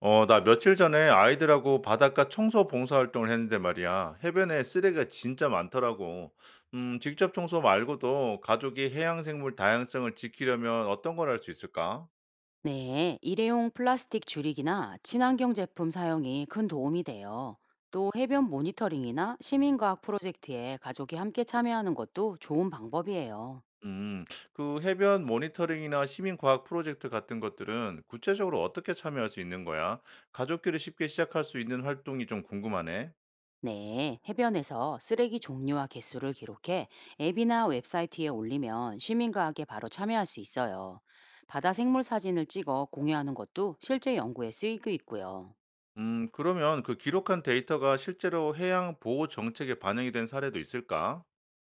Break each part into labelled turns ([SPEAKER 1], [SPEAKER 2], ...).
[SPEAKER 1] 나 며칠 전에 아이들하고 바닷가 청소 봉사활동을 했는데 말이야. 해변에 쓰레기가 진짜 많더라고. 직접 청소 말고도 가족이 해양생물 다양성을 지키려면 어떤 걸 할 수 있을까?
[SPEAKER 2] 네, 일회용 플라스틱 줄이기나 친환경 제품 사용이 큰 도움이 돼요. 또 해변 모니터링이나 시민과학 프로젝트에 가족이 함께 참여하는 것도 좋은 방법이에요.
[SPEAKER 1] 음, 그 해변 모니터링이나 시민과학 프로젝트 같은 것들은 구체적으로 어떻게 참여할 수 있는 거야? 가족끼리 쉽게 시작할 수 있는 활동이 좀 궁금하네.
[SPEAKER 2] 네, 해변에서 쓰레기 종류와 개수를 기록해 앱이나 웹사이트에 올리면 시민과학에 바로 참여할 수 있어요. 바다 생물 사진을 찍어 공유하는 것도 실제 연구에 쓰이고 있고요.
[SPEAKER 1] 그러면 그 기록한 데이터가 실제로 해양 보호 정책에 반영이 된 사례도 있을까?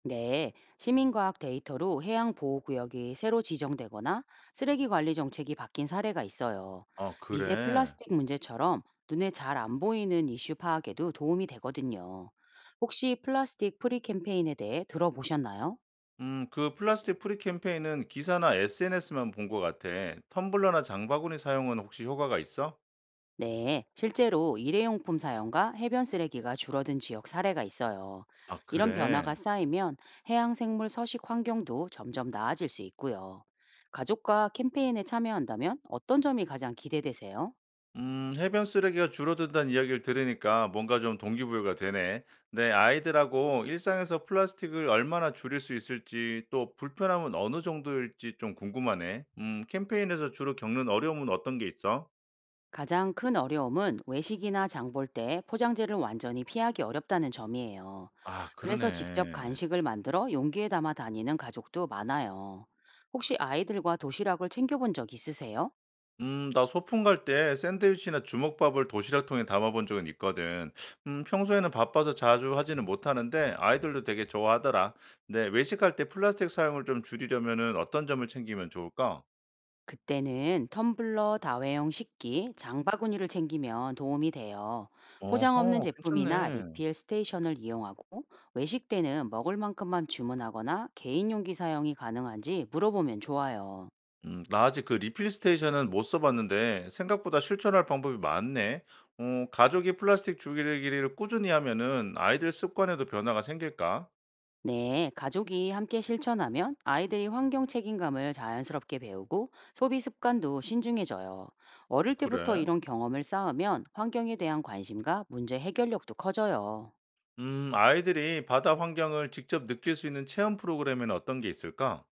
[SPEAKER 2] 네, 시민과학 데이터로 해양 보호구역이 새로 지정되거나 쓰레기 관리 정책이 바뀐 사례가 있어요.
[SPEAKER 1] 아,
[SPEAKER 2] 미세
[SPEAKER 1] 그래.
[SPEAKER 2] 플라스틱 문제처럼 눈에 잘 안 보이는 이슈 파악에도 도움이 되거든요. 혹시 플라스틱 프리 캠페인에 대해 들어보셨나요?
[SPEAKER 1] 그 플라스틱 프리 캠페인은 기사나 SNS만 본 것 같아. 텀블러나 장바구니 사용은 혹시 효과가 있어?
[SPEAKER 2] 네, 실제로 일회용품 사용과 해변 쓰레기가 줄어든 지역 사례가 있어요.
[SPEAKER 1] 아,
[SPEAKER 2] 이런
[SPEAKER 1] 그래.
[SPEAKER 2] 변화가 쌓이면 해양 생물 서식 환경도 점점 나아질 수 있고요. 가족과 캠페인에 참여한다면 어떤 점이 가장 기대되세요?
[SPEAKER 1] 해변 쓰레기가 줄어든다는 이야기를 들으니까 뭔가 좀 동기부여가 되네. 내 아이들하고 일상에서 플라스틱을 얼마나 줄일 수 있을지 또 불편함은 어느 정도일지 좀 궁금하네. 캠페인에서 주로 겪는 어려움은 어떤 게 있어?
[SPEAKER 2] 가장 큰 어려움은 외식이나 장볼 때 포장재를 완전히 피하기 어렵다는 점이에요.
[SPEAKER 1] 아,
[SPEAKER 2] 그래서 직접
[SPEAKER 1] 그러네.
[SPEAKER 2] 간식을 만들어 용기에 담아 다니는 가족도 많아요. 혹시 아이들과 도시락을 챙겨본 적 있으세요?
[SPEAKER 1] 나 소풍 갈 때 샌드위치나 주먹밥을 도시락통에 담아본 적은 있거든. 평소에는 바빠서 자주 하지는 못하는데 아이들도 되게 좋아하더라. 근데 외식할 때 플라스틱 사용을 좀 줄이려면은 어떤 점을 챙기면 좋을까?
[SPEAKER 2] 그때는 텀블러, 다회용 식기, 장바구니를 챙기면 도움이 돼요. 포장 없는
[SPEAKER 1] 어허,
[SPEAKER 2] 제품이나
[SPEAKER 1] 괜찮네.
[SPEAKER 2] 리필 스테이션을 이용하고 외식 때는 먹을 만큼만 주문하거나 개인 용기 사용이 가능한지 물어보면 좋아요.
[SPEAKER 1] 나 아직 그 리필 스테이션은 못 써봤는데 생각보다 실천할 방법이 많네. 가족이 플라스틱 줄이기를 꾸준히 하면은 아이들 습관에도 변화가 생길까?
[SPEAKER 2] 네, 가족이 함께 실천하면 아이들이 환경 책임감을 자연스럽게 배우고 소비 습관도 신중해져요. 어릴 때부터
[SPEAKER 1] 그래.
[SPEAKER 2] 이런 경험을 쌓으면 환경에 대한 관심과 문제 해결력도 커져요.
[SPEAKER 1] 아이들이 바다 환경을 직접 느낄 수 있는 체험 프로그램에는 어떤 게 있을까?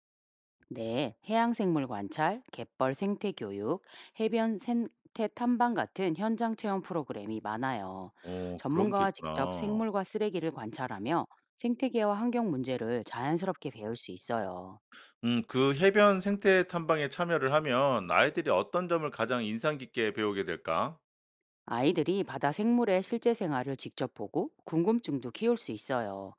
[SPEAKER 2] 네, 해양생물 관찰, 갯벌 생태 교육, 해변 생태 탐방 같은 현장 체험 프로그램이 많아요.
[SPEAKER 1] 어, 그런 게
[SPEAKER 2] 전문가와 직접
[SPEAKER 1] 있구나.
[SPEAKER 2] 생물과 쓰레기를 관찰하며 생태계와 환경 문제를 자연스럽게 배울 수 있어요.
[SPEAKER 1] 그 해변 생태 탐방에 참여를 하면 아이들이 어떤 점을 가장 인상 깊게 배우게 될까?
[SPEAKER 2] 아이들이 바다 생물의 실제 생활을 직접 보고 궁금증도 키울 수 있어요.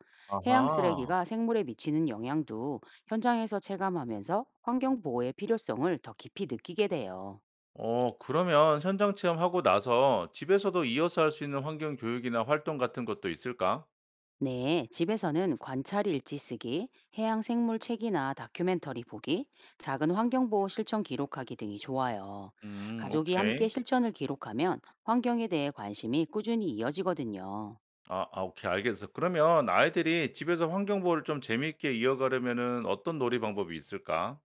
[SPEAKER 2] 해양
[SPEAKER 1] 아하.
[SPEAKER 2] 쓰레기가 생물에 미치는 영향도 현장에서 체감하면서 환경 보호의 필요성을 더 깊이 느끼게 돼요.
[SPEAKER 1] 그러면 현장 체험하고 나서 집에서도 이어서 할 수 있는 환경 교육이나 활동 같은 것도 있을까?
[SPEAKER 2] 네, 집에서는 관찰 일지 쓰기, 해양 생물 책이나 다큐멘터리 보기, 작은 환경보호 실천 기록하기 등이 좋아요. 가족이 함께
[SPEAKER 1] 오케이.
[SPEAKER 2] 실천을 기록하면 환경에 대해 관심이 꾸준히 이어지거든요.
[SPEAKER 1] 아, 아, 오케이. 알겠어. 그러면 아이들이 집에서 환경보호를 좀 재미있게 이어가려면은 어떤 놀이 방법이 있을까?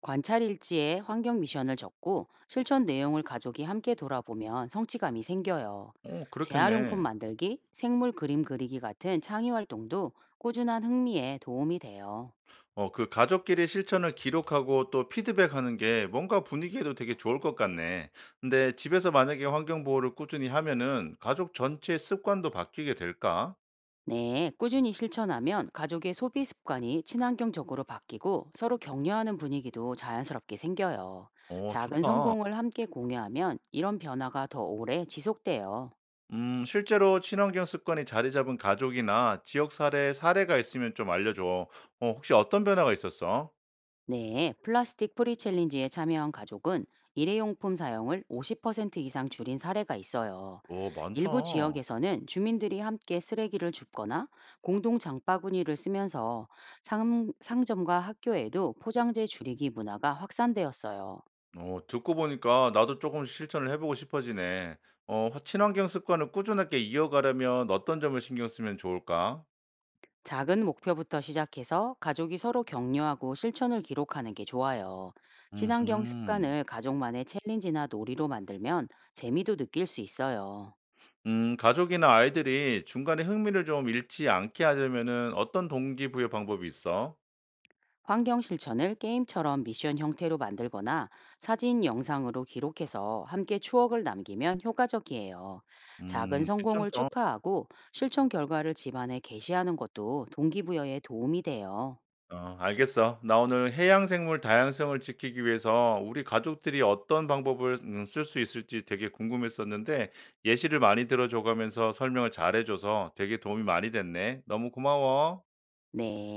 [SPEAKER 2] 관찰 일지에 환경 미션을 적고 실천 내용을 가족이 함께 돌아보면 성취감이 생겨요.
[SPEAKER 1] 어,
[SPEAKER 2] 재활용품
[SPEAKER 1] 그렇겠네.
[SPEAKER 2] 만들기, 생물 그림 그리기 같은 창의 활동도 꾸준한 흥미에 도움이 돼요.
[SPEAKER 1] 어 그 가족끼리 실천을 기록하고 또 피드백하는 게 뭔가 분위기에도 되게 좋을 것 같네. 근데 집에서 만약에 환경 보호를 꾸준히 하면은 가족 전체의 습관도 바뀌게 될까?
[SPEAKER 2] 네, 꾸준히 실천하면 가족의 소비 습관이 친환경적으로 바뀌고 서로 격려하는 분위기도 자연스럽게 생겨요.
[SPEAKER 1] 어,
[SPEAKER 2] 작은
[SPEAKER 1] 좋다.
[SPEAKER 2] 성공을 함께 공유하면 이런 변화가 더 오래 지속돼요.
[SPEAKER 1] 실제로 친환경 습관이 자리 잡은 가족이나 지역 사례 사례가 있으면 좀 알려줘. 어, 혹시 어떤 변화가 있었어?
[SPEAKER 2] 네, 플라스틱 프리 챌린지에 참여한 가족은 일회용품 사용을 50% 이상 줄인 사례가 있어요.
[SPEAKER 1] 어,
[SPEAKER 2] 일부
[SPEAKER 1] 많다.
[SPEAKER 2] 지역에서는 주민들이 함께 쓰레기를 줍거나 공동 장바구니를 쓰면서 상점과 학교에도 포장재 줄이기 문화가 확산되었어요.
[SPEAKER 1] 듣고 보니까 나도 조금씩 실천을 해보고 싶어지네. 친환경 습관을 꾸준하게 이어가려면 어떤 점을 신경 쓰면 좋을까?
[SPEAKER 2] 작은 목표부터 시작해서 가족이 서로 격려하고 실천을 기록하는 게 좋아요. 친환경
[SPEAKER 1] 음음.
[SPEAKER 2] 습관을 가족만의 챌린지나 놀이로 만들면 재미도 느낄 수 있어요.
[SPEAKER 1] 가족이나 아이들이 중간에 흥미를 좀 잃지 않게 하려면은 어떤 동기부여 방법이 있어?
[SPEAKER 2] 환경 실천을 게임처럼 미션 형태로 만들거나 사진, 영상으로 기록해서 함께 추억을 남기면 효과적이에요. 작은 성공을
[SPEAKER 1] 괜찮다.
[SPEAKER 2] 축하하고 실천 결과를 집안에 게시하는 것도 동기부여에 도움이 돼요.
[SPEAKER 1] 어 알겠어. 나 오늘 해양 생물 다양성을 지키기 위해서 우리 가족들이 어떤 방법을 쓸 수 있을지 되게 궁금했었는데 예시를 많이 들어 줘 가면서 설명을 잘해 줘서 되게 도움이 많이 됐네. 너무 고마워.
[SPEAKER 2] 네.